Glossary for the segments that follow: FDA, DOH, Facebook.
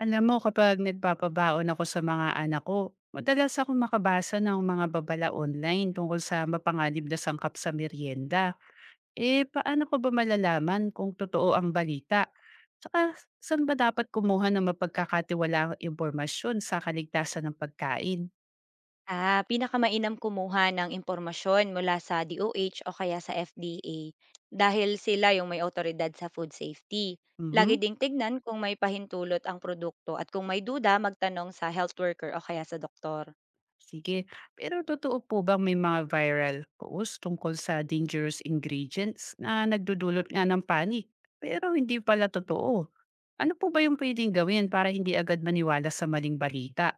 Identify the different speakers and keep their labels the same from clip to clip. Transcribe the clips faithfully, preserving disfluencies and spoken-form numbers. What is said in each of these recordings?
Speaker 1: Alam mo kapag nagpapabaon ako sa mga anak ko, madalas ako makabasa ng mga babala online tungkol sa mapanganib na sangkap sa merienda. Eh, paano ko ba malalaman kung totoo ang balita? Saka, saan ba dapat kumuha ng mapagkakatiwalaang impormasyon sa kaligtasan ng pagkain?
Speaker 2: Ah, pinakamainam kumuha ng impormasyon mula sa D O H o H o kaya sa F D A dahil sila yung may awtoridad sa food safety. Lagi
Speaker 1: Mhm.
Speaker 2: ding tignan kung may pahintulot ang produkto at kung may duda, magtanong sa health worker o kaya sa doktor.
Speaker 1: Sige. Pero totoo po bang may mga viral posts tungkol sa dangerous ingredients na nagdudulot nga ng panic? Pero hindi pala totoo. Ano po ba yung pwedeng gawin para hindi agad maniwala sa maling balita?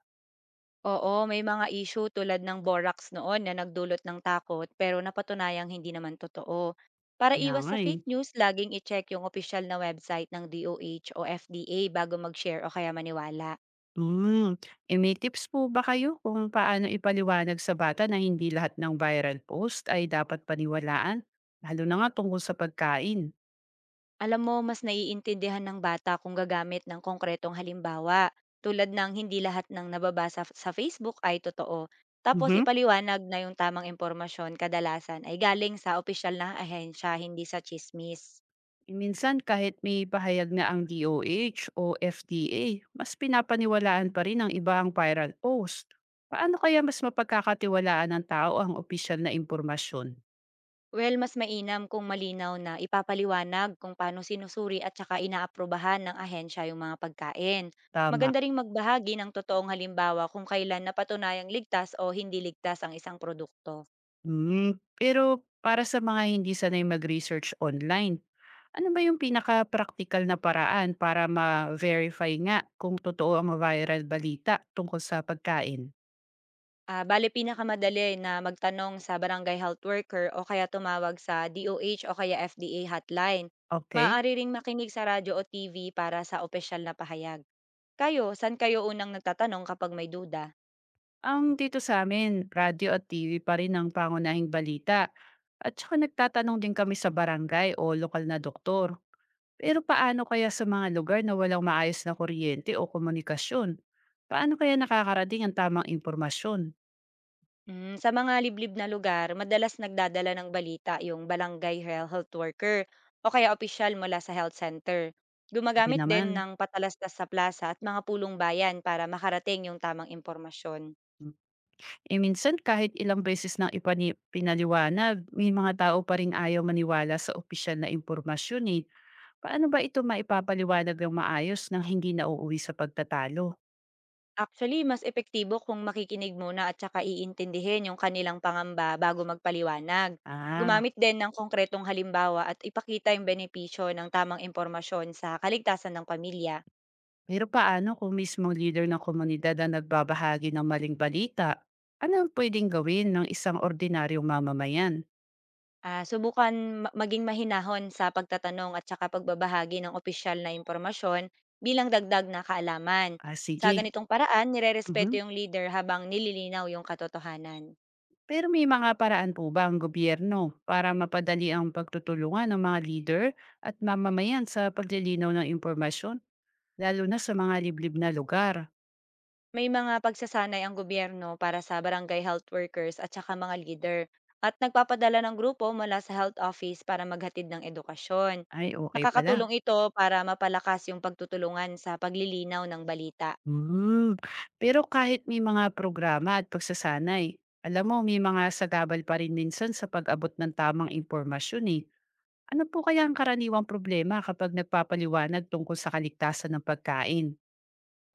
Speaker 2: Oo, may mga issue tulad ng borax noon na nagdulot ng takot pero napatunayang hindi naman totoo. Para
Speaker 1: Kaya
Speaker 2: iwas
Speaker 1: nga
Speaker 2: sa
Speaker 1: eh.
Speaker 2: fake news, laging i-check yung official na website ng D O H o F D A bago mag-share o kaya maniwala.
Speaker 1: Hmm. E may tips po ba kayo kung paano ipaliwanag sa bata na hindi lahat ng viral post ay dapat paniwalaan? Lalo na nga tungkol sa pagkain.
Speaker 2: Alam mo, mas naiintindihan ng bata kung gagamit ng konkretong halimbawa, tulad ng hindi lahat ng nababasa f- sa Facebook ay totoo. Tapos
Speaker 1: Mm-hmm.
Speaker 2: ipaliwanag na yung tamang impormasyon kadalasan ay galing sa opisyal na ahensya, hindi sa chismis.
Speaker 1: Minsan kahit may pahayag na ang D O H o F D A, mas pinapaniwalaan pa rin ang iba ang viral post. Paano kaya mas mapagkakatiwalaan ng tao ang opisyal na impormasyon?
Speaker 2: Well, mas mainam kung malinaw na ipapaliwanag kung paano sinusuri at saka inaaprubahan ng ahensya yung mga pagkain.
Speaker 1: Tama.
Speaker 2: Maganda ring magbahagi ng totoong halimbawa kung kailan napatunayang ligtas o hindi ligtas ang isang produkto.
Speaker 1: Mm, pero para sa mga hindi sanay mag-research online, ano ba yung pinaka-practical na paraan para ma-verify nga kung totoo ang viral balita tungkol sa pagkain?
Speaker 2: Ah, bale pinakamadali na magtanong sa barangay health worker o kaya tumawag sa D O H o H o kaya F D A hotline.
Speaker 1: Okay.
Speaker 2: Maaari ring makinig sa radyo o T V para sa opisyal na pahayag. Kayo, saan kayo unang nagtatanong kapag may duda?
Speaker 1: Ang dito sa amin, radyo at T V pa rin ang pangunahing balita. At saka nagtatanong din kami sa barangay o lokal na doktor. Pero paano kaya sa mga lugar na walang maayos na kuryente o komunikasyon? Paano kaya nakakarating ang tamang impormasyon?
Speaker 2: Mm, sa mga liblib na lugar, madalas nagdadala ng balita yung barangay hel- health worker o kaya opisyal mula sa health center.
Speaker 1: Hindi
Speaker 2: Gumagamit din
Speaker 1: naman.
Speaker 2: ng patalastas sa plaza at mga pulong bayan para makarating yung tamang impormasyon.
Speaker 1: E minsan kahit ilang beses nang ipani pinaliwanag, may mga tao pa rin ayaw maniwala sa opisyal na impormasyon eh. Paano ba ito maipapaliwanag ng maayos nang hindi nauuwi sa pagtatalo?
Speaker 2: Actually, mas epektibo kung makikinig muna at saka iintindihin yung kanilang pangamba bago magpaliwanag.
Speaker 1: Ah.
Speaker 2: Gumamit din ng konkretong halimbawa at ipakita yung benepisyo ng tamang impormasyon sa kaligtasan ng pamilya.
Speaker 1: Pero paano kung mismong leader ng komunidad ang nagbabahagi ng maling balita? Ano ang pwedeng gawin ng isang ordinaryong mamamayan?
Speaker 2: Ah, subukan ma- maging mahinahon sa pagtatanong at saka pagbabahagi ng opisyal na impormasyon bilang dagdag na kaalaman.
Speaker 1: Ah,
Speaker 2: Sa
Speaker 1: sige.
Speaker 2: ganitong paraan, nirerespeto
Speaker 1: Mhm.
Speaker 2: yung leader habang nililinaw yung katotohanan.
Speaker 1: Pero may mga paraan po ba ang gobyerno para mapadali ang pagtutulungan ng mga leader at mamamayan sa paglilinaw ng impormasyon, lalo na sa mga liblib na lugar?
Speaker 2: May mga pagsasanay ang gobyerno para sa barangay health workers at saka mga leader at nagpapadala ng grupo mula sa health office para maghatid ng edukasyon.
Speaker 1: Ay, okay pala.
Speaker 2: Nakakatulong ito para mapalakas yung pagtutulungan sa paglilinaw ng balita.
Speaker 1: Hmm. Pero kahit may mga programa at pagsasanay, alam mo, may mga sagabal pa rin minsan sa pag-abot ng tamang impormasyon eh. Ano po kaya ang karaniwang problema kapag nagpapaliwanag tungkol sa kaligtasan ng pagkain?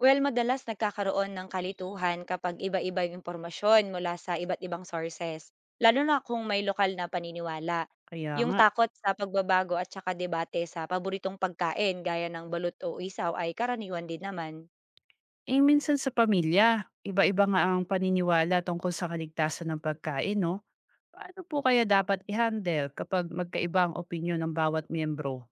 Speaker 2: Well, madalas nagkakaroon ng kalituhan kapag iba-iba yung impormasyon mula sa iba't ibang sources, lalo na kung may lokal na paniniwala.
Speaker 1: Kaya
Speaker 2: Yung
Speaker 1: nga,
Speaker 2: takot sa pagbabago at saka debate sa paboritong pagkain gaya ng balut o isaw ay karaniwan din naman.
Speaker 1: eh minsan sa pamilya, iba-iba nga ang paniniwala tungkol sa kaligtasan ng pagkain, no? Paano po kaya dapat i-handle kapag magkaiba ang opinyon ng bawat miyembro?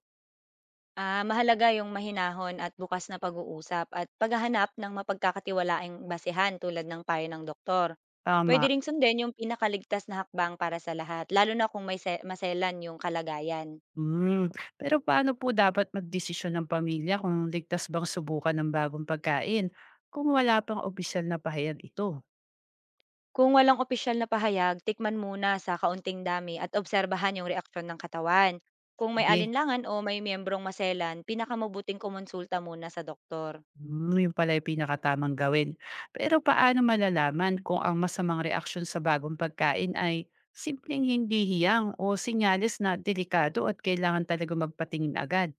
Speaker 2: Ah, mahalaga yung mahinahon at bukas na pag-uusap at paghahanap ng mapagkakatiwalaang basehan tulad ng payo ng doktor. Pwede
Speaker 1: Tama.
Speaker 2: ring sundin yung pinakaligtas na hakbang para sa lahat, lalo na kung may se- maselan yung kalagayan.
Speaker 1: Mm. Pero paano po dapat magdesisyon ng pamilya kung ligtas bang subukan ng bagong pagkain kung wala pang opisyal na pahayag ito?
Speaker 2: Kung walang opisyal na pahayag, tikman muna sa kaunting dami at obserbahan yung reaksyon ng katawan. Kung may
Speaker 1: Sige.
Speaker 2: alinlangan o may miyembrong maselan, pinakamubuting kumonsulta muna sa doktor.
Speaker 1: Hmm, yun pala yung pinakatamang gawin. Pero paano malalaman kung ang masamang reaksyon sa bagong pagkain ay simpleng hindi hiyang o sinyalis na delikado at kailangan talaga magpatingin agad?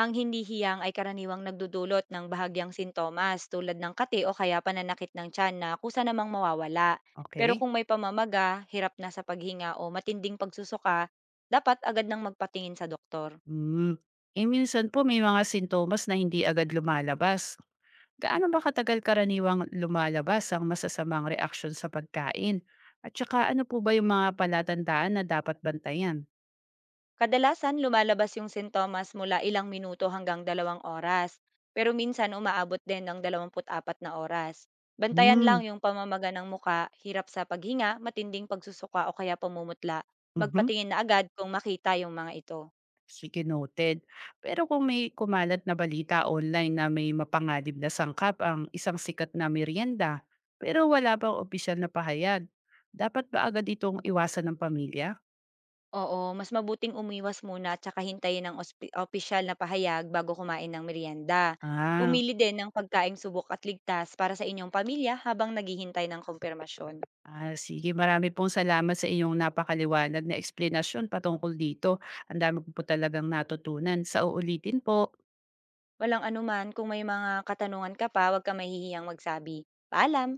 Speaker 2: Ang hindi hiyang ay karaniwang nagdudulot ng bahagyang sintomas tulad ng kati o kaya pananakit ng tiyan na kusa namang mawawala. Pero
Speaker 1: Okay?
Speaker 2: kung may pamamaga, hirap na sa paghinga o matinding pagsusuka, dapat agad nang magpatingin sa doktor.
Speaker 1: Hmm. Eh minsan po may mga sintomas na hindi agad lumalabas. Gaano ba katagal karaniwang lumalabas ang masasamang reaksyon sa pagkain? At saka ano po ba yung mga palatandaan na dapat bantayan?
Speaker 2: Kadalasan lumalabas yung sintomas mula ilang minuto hanggang dalawang oras, pero minsan umaabot din ng dalawampu't apat na oras. Bantayan
Speaker 1: Hmm.
Speaker 2: lang yung pamamaga ng muka, hirap sa paghinga, matinding pagsusuka o kaya pamumutla.
Speaker 1: mhm.
Speaker 2: Magpatingin na agad kung makita yung mga ito.
Speaker 1: Sige, noted. Pero kung may kumalat na balita online na may mapanganib na sangkap ang isang sikat na merienda, pero wala bang opisyal na pahayag, dapat ba agad itong iwasan ng pamilya?
Speaker 2: Oo, mas mabuting umiwas muna at saka hintayin ang ospi opisyal na pahayag bago kumain ng merienda.
Speaker 1: Ah,
Speaker 2: Pumili din ng pagkaing subok at ligtas para sa inyong pamilya habang naghihintay ng kumpirmasyon.
Speaker 1: ah sige, marami pong salamat sa iyong napakaliwanag na eksplanasyon patungkol dito. Ang dami ko po talagang natutunan. Sa uulitin po.
Speaker 2: Walang anuman, kung may mga katanungan ka pa, huwag ka mahihiyang magsabi. Paalam!